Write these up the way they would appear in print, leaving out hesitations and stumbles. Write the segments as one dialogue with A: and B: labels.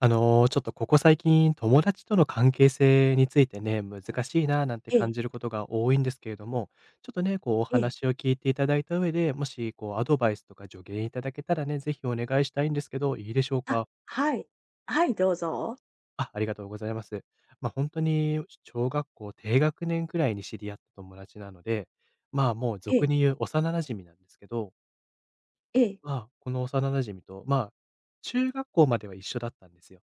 A: ちょっとここ最近友達との関係性についてね、難しいななんて
B: え
A: 感
B: え、
A: じることが多いんですけれども、ちょっとね、こうお
B: ええ。
A: 話を聞いていただいた上で、もしこうアドバイスとか助言いただけたらね、ぜひお願いしたいんですけど、いいでしょう
B: あ、
A: か。
B: はい。はい、どうぞ。
A: あ、ありがとうございます。まあ本当に小学校低学年くらいに知り合った友達なので、まあもう
B: え
A: 俗
B: え、
A: に言う幼馴染なんですけど、
B: ええ、
A: まあこの幼馴染と、まあ中学校までは一緒だったんですよ。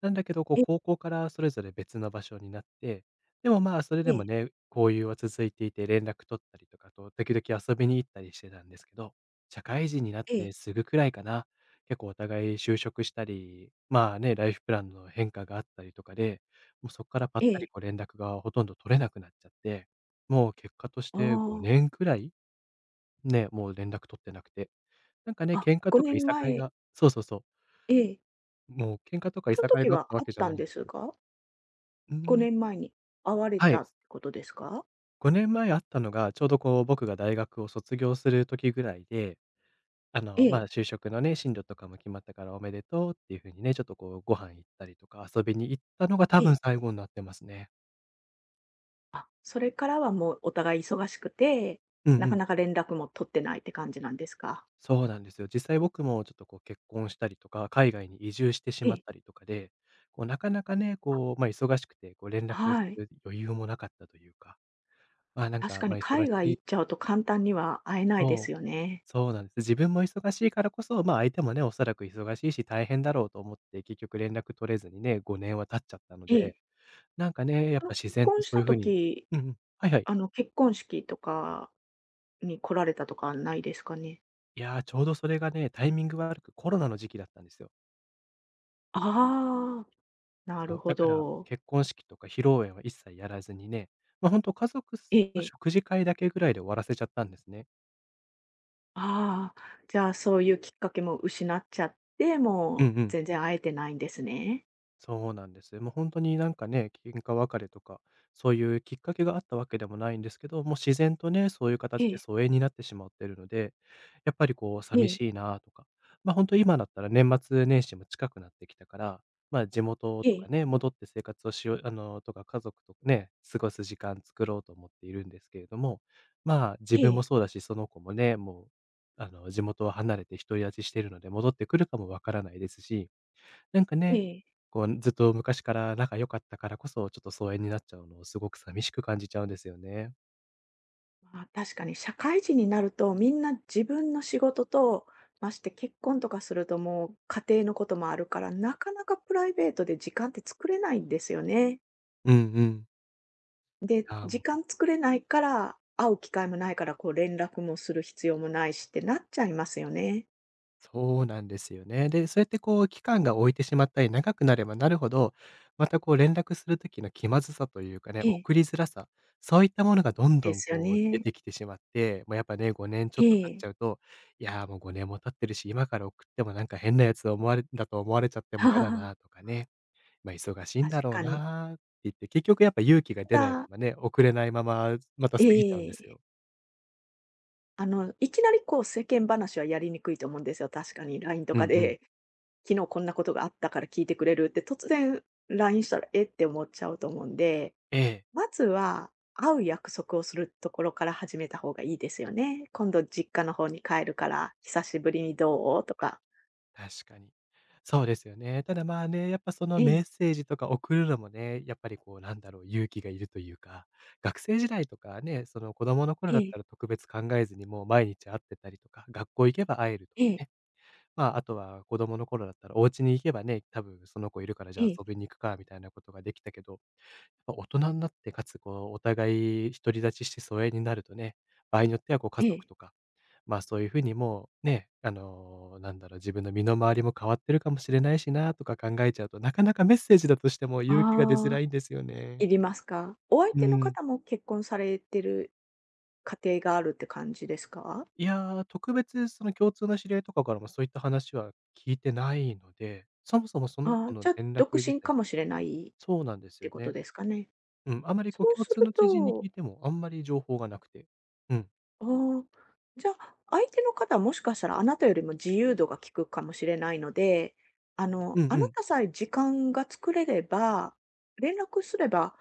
A: なんだけど、こう、
B: ええ、
A: 高校からそれぞれ別の場所になって、でも、まあ、それ
B: え
A: で
B: え、
A: もね、交友は続いていて、連絡取ったりとかと、時々遊びに行ったりしてたんですけど、社会人になっ
B: え
A: て
B: え、
A: すぐくらいかな、結構お互い就職したり、まあね、ライフプランの変化があったりとかで、もうそこからぱ
B: え
A: ったり
B: え。
A: こう連絡がほとんど取れなくなっちゃって、もう結果として
B: あ
A: 5年くらい、ね、もう連絡取ってなくて、なんかね、
B: あ、あ、
A: 喧嘩と
B: 5
A: かいさ
B: 年
A: かい
B: 前え
A: がそうそうそう。
B: ええ、
A: もう喧嘩とか
B: そ
A: い
B: の
A: さかい
B: 時
A: があっ
B: は
A: たわ
B: あっ
A: けじゃ
B: た
A: な
B: ん
A: いん
B: で
A: です
B: す
A: けど。
B: か
A: うー
B: ？5
A: ん。
B: 年前に会われ
A: は
B: た
A: い。
B: ってことですか？
A: 5年前あったのが、ちょうどこう、僕が大学を卒業する時ぐらいで、
B: ええ、
A: 就職のね、進路とかも決まったからおめでとうっていう風にね、ちょっとこう、ご飯行ったりとか遊びに行ったのが多
B: ええ。
A: 分最後になってますね。
B: あ、それからはもうお互い忙しくて、
A: うん
B: な
A: う
B: か
A: ん。
B: なか連絡も取ってないって感じなんですか？
A: そうなんですよ。実際僕もちょっとこう、結婚したりとか、海外に移住してし
B: え
A: まっ
B: え、
A: たりとかで、こう、なかなかね、こう、まあ、忙しくて、こう、連絡をす
B: はい。
A: る余裕もなかったというか、まあ、なん
B: 確
A: か、
B: か
A: ま
B: に
A: あ、忙
B: 海
A: し
B: 外
A: い。
B: 行っちゃうと簡単には会えないです
A: そう。
B: よね。
A: そうなんです。自分も忙しいからこそ、まあ、相手もね、おそらく忙しいし、大変だろうと思って、結局連絡取れずにね、5年は経っちゃったの
B: ええ。
A: で、なんかね、やっ
B: あ、
A: ぱ自
B: 結
A: 然と
B: 婚
A: そ
B: し
A: うい
B: た
A: う風に。
B: 時
A: うんうん。はいはい。
B: あの、結婚式とかに来られたとかないですかね？
A: いやー、ちょうどそれがね、タイミング悪く、コロナの時期だったんですよ。
B: ああ、なる
A: そう、
B: ほ
A: だから
B: ど。
A: 結婚式とか披露宴は一切やらずにね、本当家族
B: え
A: の
B: え、
A: 食事会だけぐらいで終わらせちゃったんですね。
B: ああ、じゃあ、そういうきっかけも失っちゃって、
A: う
B: も
A: ん
B: う
A: うん。
B: 全然会えてないんですね。
A: そうなんです。もう本当になんかね、喧嘩別れとか、そういうきっかけがあったわけでもないんですけど、もう自然とね、そういう
B: え
A: 形で
B: え、
A: 疎遠になってしまっているので、やっぱりこう
B: え
A: 寂
B: え、
A: しいなとか、本当今だったら年末年始も近くなってきたから、ま、地元
B: え
A: と
B: え、
A: かね、戻って生活をしようとか家族とね、過ごす時間作ろうと思っているんですけれども、自
B: え
A: 分も
B: え、
A: そうだし、その子もね、もう、地元を離れて独り立ちしているので戻ってくるかもわからないですし、なんか
B: え
A: ね、
B: え。
A: こうずっと昔から仲良かったからこそ、ちょっと疎遠になっちゃうのをすごく寂しく感じちゃうんですよね。
B: まあ、確かに社会人になると、みんな自分の仕事と、まして結婚とかするともう家庭のこともあるから、なかなかプライベートで時間って作れないんですよね。
A: うんうん。
B: で、
A: ああ、も
B: 時
A: う、
B: 間作れないから、会う機会もないから、こう連絡もする必要もないしってなっちゃいますよね。
A: そうなんですよね。で、そうやってこう期間が置いてしまったり、長くなればなるほど、またこう連絡する時の気まずさというかね、
B: ええ。
A: 送りづらさ、そういったものがどん
B: で
A: どん
B: すよ
A: こう出
B: ね。
A: てきてしまって、もうやっぱね、5年ちょ
B: え
A: っと経っち
B: え。
A: ゃうと、いやーもう5年も経ってるし、今から送ってもなんか変なやつ思われちゃっても嫌だなと かね。まあ、忙しいん
B: 確
A: だろう
B: かに。
A: なって言って、結局やっぱ勇気が出ないま
B: ただ、
A: まね、送れないまま、また
B: え
A: 過ぎちゃうんです
B: え、
A: よ。
B: あの、いきなりこう世間話はやりにくいと思うんですよ。確かに LINE と
A: う
B: か
A: んうん。
B: で、昨日こんなことがあったから聞いてくれるって突然 LINE したら、えって思っちゃうと思うんで。
A: ええ、
B: まずは、会う約束をするところから始めた方がいいですよね。今度実家の方に帰るから、久しぶりにどうとか。
A: 確かに。そうですよね。ただ、まあね、やっぱその
B: え
A: メ
B: え、
A: ッセージとか送るのもね、やっぱりこうなんだろう、勇気がいるというか、学生時代とかね、その子供の頃
B: え
A: だった
B: え、
A: ら特別考えずにもう毎日会ってたりとか、学校行けば会えるとか
B: ええ、
A: ね。まあ、あとは子供の頃だったらお家に行けばね、多分その子いるからじ
B: え
A: ゃあ遊
B: え、
A: びに行くかみたいなことができたけど、まあ、大人になって、かつこうお互い独り立ちして疎遠になるとね、場合によってはこう家
B: え
A: 族
B: え。
A: とか、まあ、そういう風にもうね、なんだろう、自分の身の回りも変わってるかもしれないしなとか考えちゃうと、なかなかメッセージだとしても勇気が出づら
B: ああ、
A: いんですよね。
B: いりますか？お相
A: う
B: 手の
A: ん。
B: 方も結婚されてる家庭があるって感じですか？
A: いやー、特別その共通の知り合いとかからもそういった話は聞いてないので、そもそもその
B: ああ、
A: 子の
B: じゃあ、
A: 連
B: 独
A: 絡自
B: 身か
A: 体
B: もしれない
A: そうなんで
B: っ
A: すよ
B: てこと
A: ね。
B: ですかね。
A: うん、あまりこう
B: そう
A: 共
B: す
A: 通
B: る
A: の知人に聞
B: と、
A: いてもあんまり情報がなくて。うん。
B: ああ、じゃあ、相手の方はもしかしたらあなたよりも自由度が利くかもしれないので、あの、
A: うん
B: あ
A: う
B: な
A: ん。
B: たさえ時間が作れれば、連絡すれば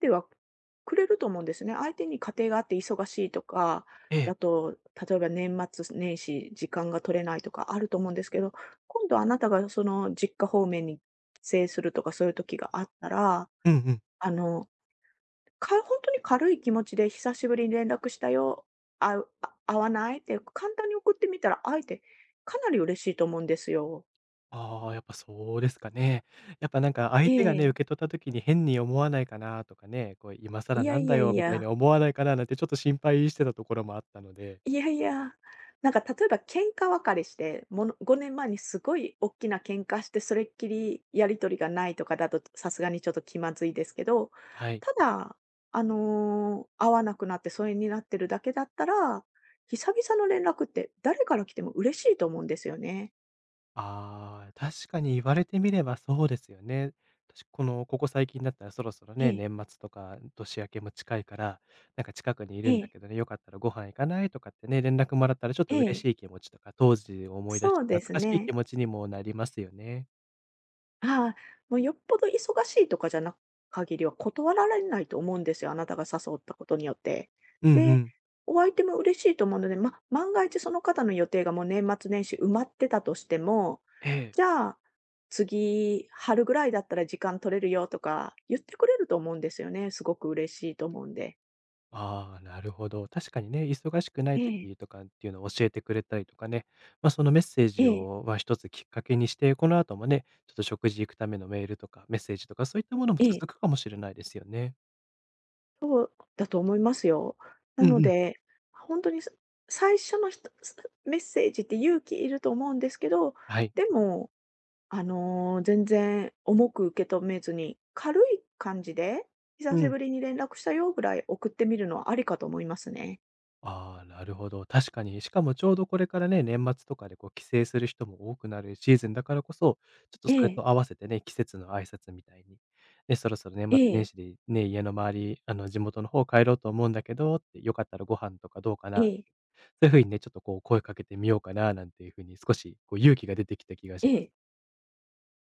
B: では、くれると思うんですね。相手に家庭があって忙しいとか、
A: ええ。
B: だと、例えば年末年始時間が取れないとかあると思うんですけど、今度あなたがその実家方面に帰省するとかそういう時があったら、
A: うんうん。
B: あの、か本当に軽い気持ちで「久しぶりに連絡したよ、会うあ会わない？」って簡単に送ってみたら、会えてかなり嬉しいと思うんですよ。
A: ああ、やっぱそうですかね。やっぱなんか
B: え
A: 相手がね、
B: え。
A: 受け取った時に変に思わないかなとかね、こう今
B: い
A: 更
B: や
A: なん
B: い
A: だ
B: や
A: よ
B: い
A: みたいに
B: や、
A: 思わないかななんてちょっと心配してたところもあったので。
B: いやいや、なんか例えば喧嘩別れして、もの5年前にすごい大きな喧嘩して、それっきりやり取りがないとかだと、さすがにちょっと気まずいですけど、
A: はい。
B: ただ、あの、会わなくなって疎遠になってるだけだったら、久々の連絡って誰から来ても嬉しいと思うんですよね。
A: ああ、確かに言われてみればそうですよね。私この、ここ最近だったらそろそろ
B: え
A: ね、
B: え。
A: 年末とか年明けも近いから、なんか近くにい
B: え
A: るんだ
B: え、
A: けどね、よかったらご飯行かないとかってね、連絡もらったらちょっと
B: え
A: 嬉
B: え、
A: しい気持ちとか、当時を思い出して
B: そうで
A: 懐
B: す
A: かしい
B: ね。
A: 気持ちにもなりますよね。
B: ああ、もうよっぽど忙しいとかじゃな限りは断られないと思うんですよ、あなたが誘ったことによって。
A: うんう
B: で、
A: ん。
B: お相手も嬉しいと思うので、ま、万が一その方の予定がもう年末年始埋まってたとしても、
A: ええ。
B: じゃあ、次、春ぐらいだったら時間取れるよとか言ってくれると思うんですよね。すごく嬉しいと思うんで。
A: ああ、なるほど。確かにね、忙しくな
B: え
A: い
B: え、
A: 時とかっていうのを教えてくれたりとかね、まあ、そのメッセー
B: え
A: ジ
B: え、
A: は一つきっかけにして、この後もね、ちょっと食事行くためのメールとかメッセージとかそういったものも
B: ええ。
A: 続くかもしれないですよね。
B: そうだと思いますよ。な
A: う
B: の
A: んうん。
B: で、本当に、さ最初のひとすメッセージって勇気いると思うんですけど、
A: はい。
B: でも、あの、全然重く受け止めずに、軽い感じで「久
A: う
B: し
A: ん。
B: ぶりに連絡したよ」ぐらい送ってみるのはありかと思いますね。
A: ああ、なるほど。確かに。しかもちょうどこれからね、年末とかでこう帰省する人も多くなるシーズンだからこそ、ちょっと
B: え
A: それ
B: え、
A: と合わせてね、季節の挨拶みたいに、ね、そろそろ年
B: え
A: 末年
B: え、
A: 始でね、家の周り、あの地元の方帰ろうと思うんだけどって、よかったらご飯とかどうか
B: え
A: な、そ
B: え、
A: ういう風にね、ちょっとこう声かけてみようかななんていう風に少しこう勇気が出てきた気が
B: え
A: します。
B: え、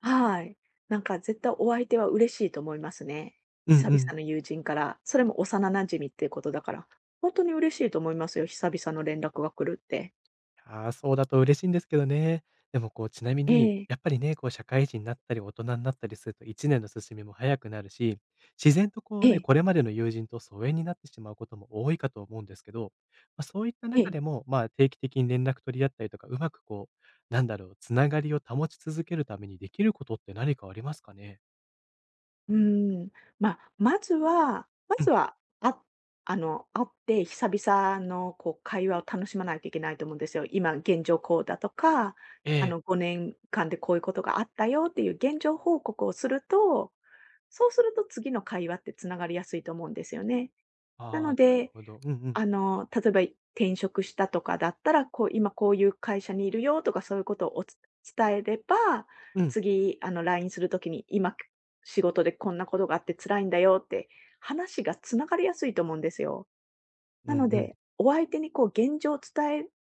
B: はい。なんか絶対お相手は嬉しいと思いますね。
A: うん
B: 久
A: う
B: 々
A: ん。
B: の友人から、それも幼馴染っていうことだから、本当に嬉しいと思いますよ、久々の連絡が来るって。
A: ああ、そうだと嬉しいんですけどね。でもこう、ちなみ
B: え
A: に、
B: え、
A: やっぱりね、こう社会人になったり大人になったりすると1年の進みも早くなるし、自然とこ
B: え
A: うね、
B: え、
A: これまでの友人と疎遠になってしまうことも多いかと思うんですけど、まあ、そういった
B: え
A: 中
B: え、
A: でも、まあ、定期的に連絡取り合ったりとか、うまくこう、なんだろう、つながりを保ち続けるためにできることって何かありますかね？
B: うーん。まあ、まずはま
A: う
B: ず
A: ん、
B: は、あ、あの、会って久々のこう会話を楽しまないといけないと思うんですよ。今現状こうだとか、
A: え
B: あ
A: え。
B: の5年間でこういうことがあったよっていう現状報告をすると、そうすると次の会話ってつながりやすいと思うんですよね。な
A: ああ、な
B: の
A: る
B: で、
A: ほど。うんうん。
B: あの、例えば転職したとかだったら、こう今こういう会社にいるよとかそういうことをおつ伝えれば、
A: うん。
B: 次あの LINE するときに、今仕事でこんなことがあって辛いんだよって話がつながりやすいと思うんですよ。
A: う
B: なの
A: んうん。
B: で、お相手にこう現状を伝える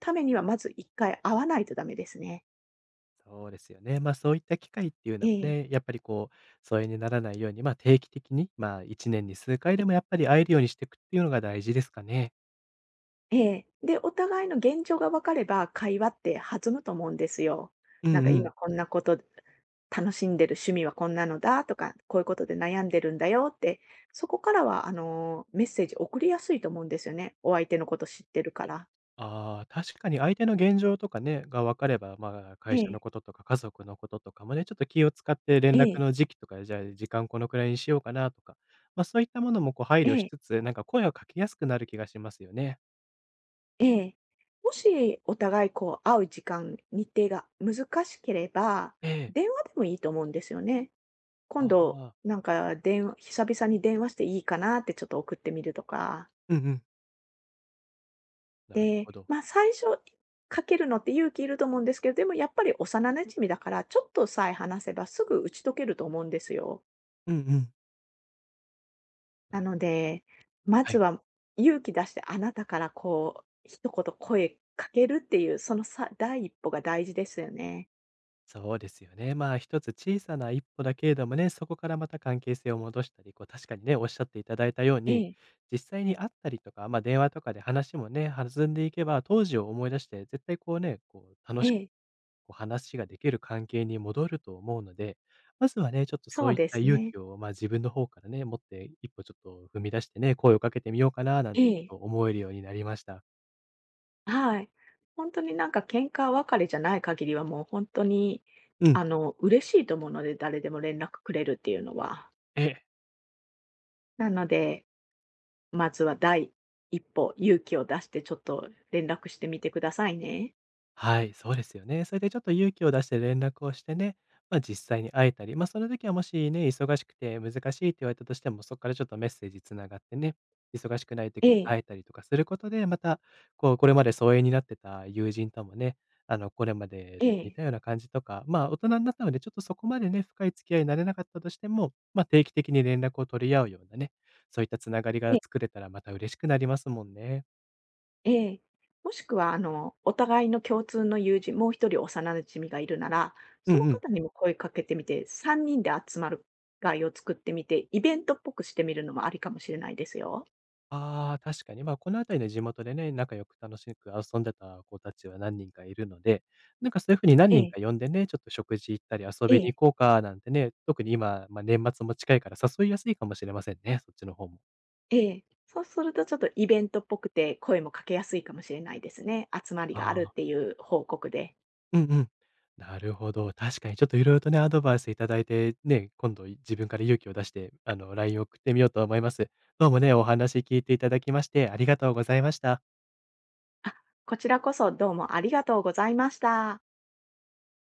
B: ためには、まず1回会わないとダメですね。
A: そうですよね。ま、そういった機会っていう
B: え
A: のも
B: え。
A: ね、やっぱりこう、疎遠にならないように、ま、定期的に、ま、1年に数回でもやっぱり会えるようにしていくっていうのが大事ですかね？
B: ええ。で、お互いの現状が分かれば、会話って弾むと思うんですよ。
A: う
B: なん
A: ん
B: か
A: う
B: 今
A: ん。
B: こんなこと、楽しんでる趣味はこんなのだとか、こういうことで悩んでるんだよって、そこからはあの、メッセージ送りやすいと思うんですよね。お相手のこと知ってるから。
A: ああ、確かに相手の現状とかね、が分かれば、まあ、
B: え
A: 会社の
B: え、
A: こととか家族のこととかもね、ちょっと気を使って連
B: え
A: 絡
B: え、
A: の時期とか、じゃあ、時間このくらいにしようかなとか、ま、そういったものもこう配
B: え
A: 慮し
B: え、
A: つつ、なんか声をかけやすくなる気がしますよね。
B: ええ。もしお互いこう、会う時間、日程が難しければ、
A: ええ。
B: 電話でもいいと思うんですよね。今
A: あ
B: 度、
A: あ。
B: なんか、電話久々に電話していいかなってちょっと送ってみるとか。
A: うんうん。なる
B: で、
A: ほど。
B: ま、最初かけるのって勇気いると思うんですけど、でもやっぱり幼馴染だから、ちょっとさえ話せばすぐ打ち解けると思うんですよ。
A: うんうん。
B: な
A: なる
B: ので、ま
A: は
B: ず
A: い。
B: は勇気出してあなたからこう、一言声かけるっていう、そのさ第一歩が大事ですよね。
A: そうですよね。まあ一つ小さな一歩だけれどもね、そこからまた関係性を戻したり、こう確かにね、おっしゃっていただいたよう
B: え
A: に、
B: え、
A: 実際に会ったりとか、まあ電話とかで話もね、弾んでいけば、当時を思い出して、絶対こうね、こう楽
B: え
A: しく
B: え、
A: こう話ができる関係に戻ると思うので、まずはね、ちょっとそ
B: そ
A: う
B: う
A: いっ
B: で
A: た
B: す
A: 勇
B: ね。
A: 気を、まあ自分の方からね、持って一歩ちょっと踏み出してね、声をかけてみようかな、なん
B: え
A: てち
B: え、
A: ょっと思えるようになりました。
B: はい。本当になんか喧嘩別れじゃない限りはもう本当に、
A: うん。
B: あの、嬉しいと思うので、誰でも連絡くれるっていうのは。
A: ええ、
B: なのでまずは第一歩、勇気を出してちょっと連絡してみてくださいね。
A: はい、そうですよね。それでちょっと勇気を出して連絡をしてね、まあ、実際に会えたり、まあ、その時はもしね、忙しくて難しいって言われたとしても、そこからちょっとメッセージつながってね、忙しくない
B: え
A: 時に会
B: え、
A: えたりとかすることで、また、こう、これまで疎遠になってた友人ともね、あの、これまで
B: え
A: と似
B: え、
A: たような感じとか、まあ、大人になったので、ちょっとそこまでね、深い付き合いになれなかったとしても、まあ、定期的に連絡を取り合うようなね、そういったつながりが
B: ええ、
A: 作れたらまた嬉しくなりますもんね。
B: ええ。もしくは、あの、お互いの共通の友人、もう一人幼馴染がいるなら、
A: う
B: その
A: んうん。
B: 方にも声かけてみて、3人で集まる会を作ってみて、イベントっぽくしてみるのもありかもしれないですよ。
A: ああ、確かに、まあ、この辺りの地元でね、仲良く楽しく遊んでた子たちは何人かいるので、なんかそういう風に何
B: え
A: 人
B: え、
A: か呼んでね、ちょっと食事行ったり遊
B: え
A: びに
B: え、
A: 行こうかなんてね、特に今、まあ、年末も近いから誘いやすいかもしれませんね、そっちの方も。
B: ええ。そうするとちょっとイベントっぽくて、声もかけやすいかもしれないですね。集まりがあ
A: あ
B: るっ
A: あ、
B: ていう報告で。
A: うんうん。なるほど、確かにちょっと色々とね、アドバイスいただいて、ね、今度自分から勇気を出して、LINE を送ってみようと思います。どうもね、お話聞いていただきまして、ありがとうございました。
B: あ、こちらこそどうもありがとうございました。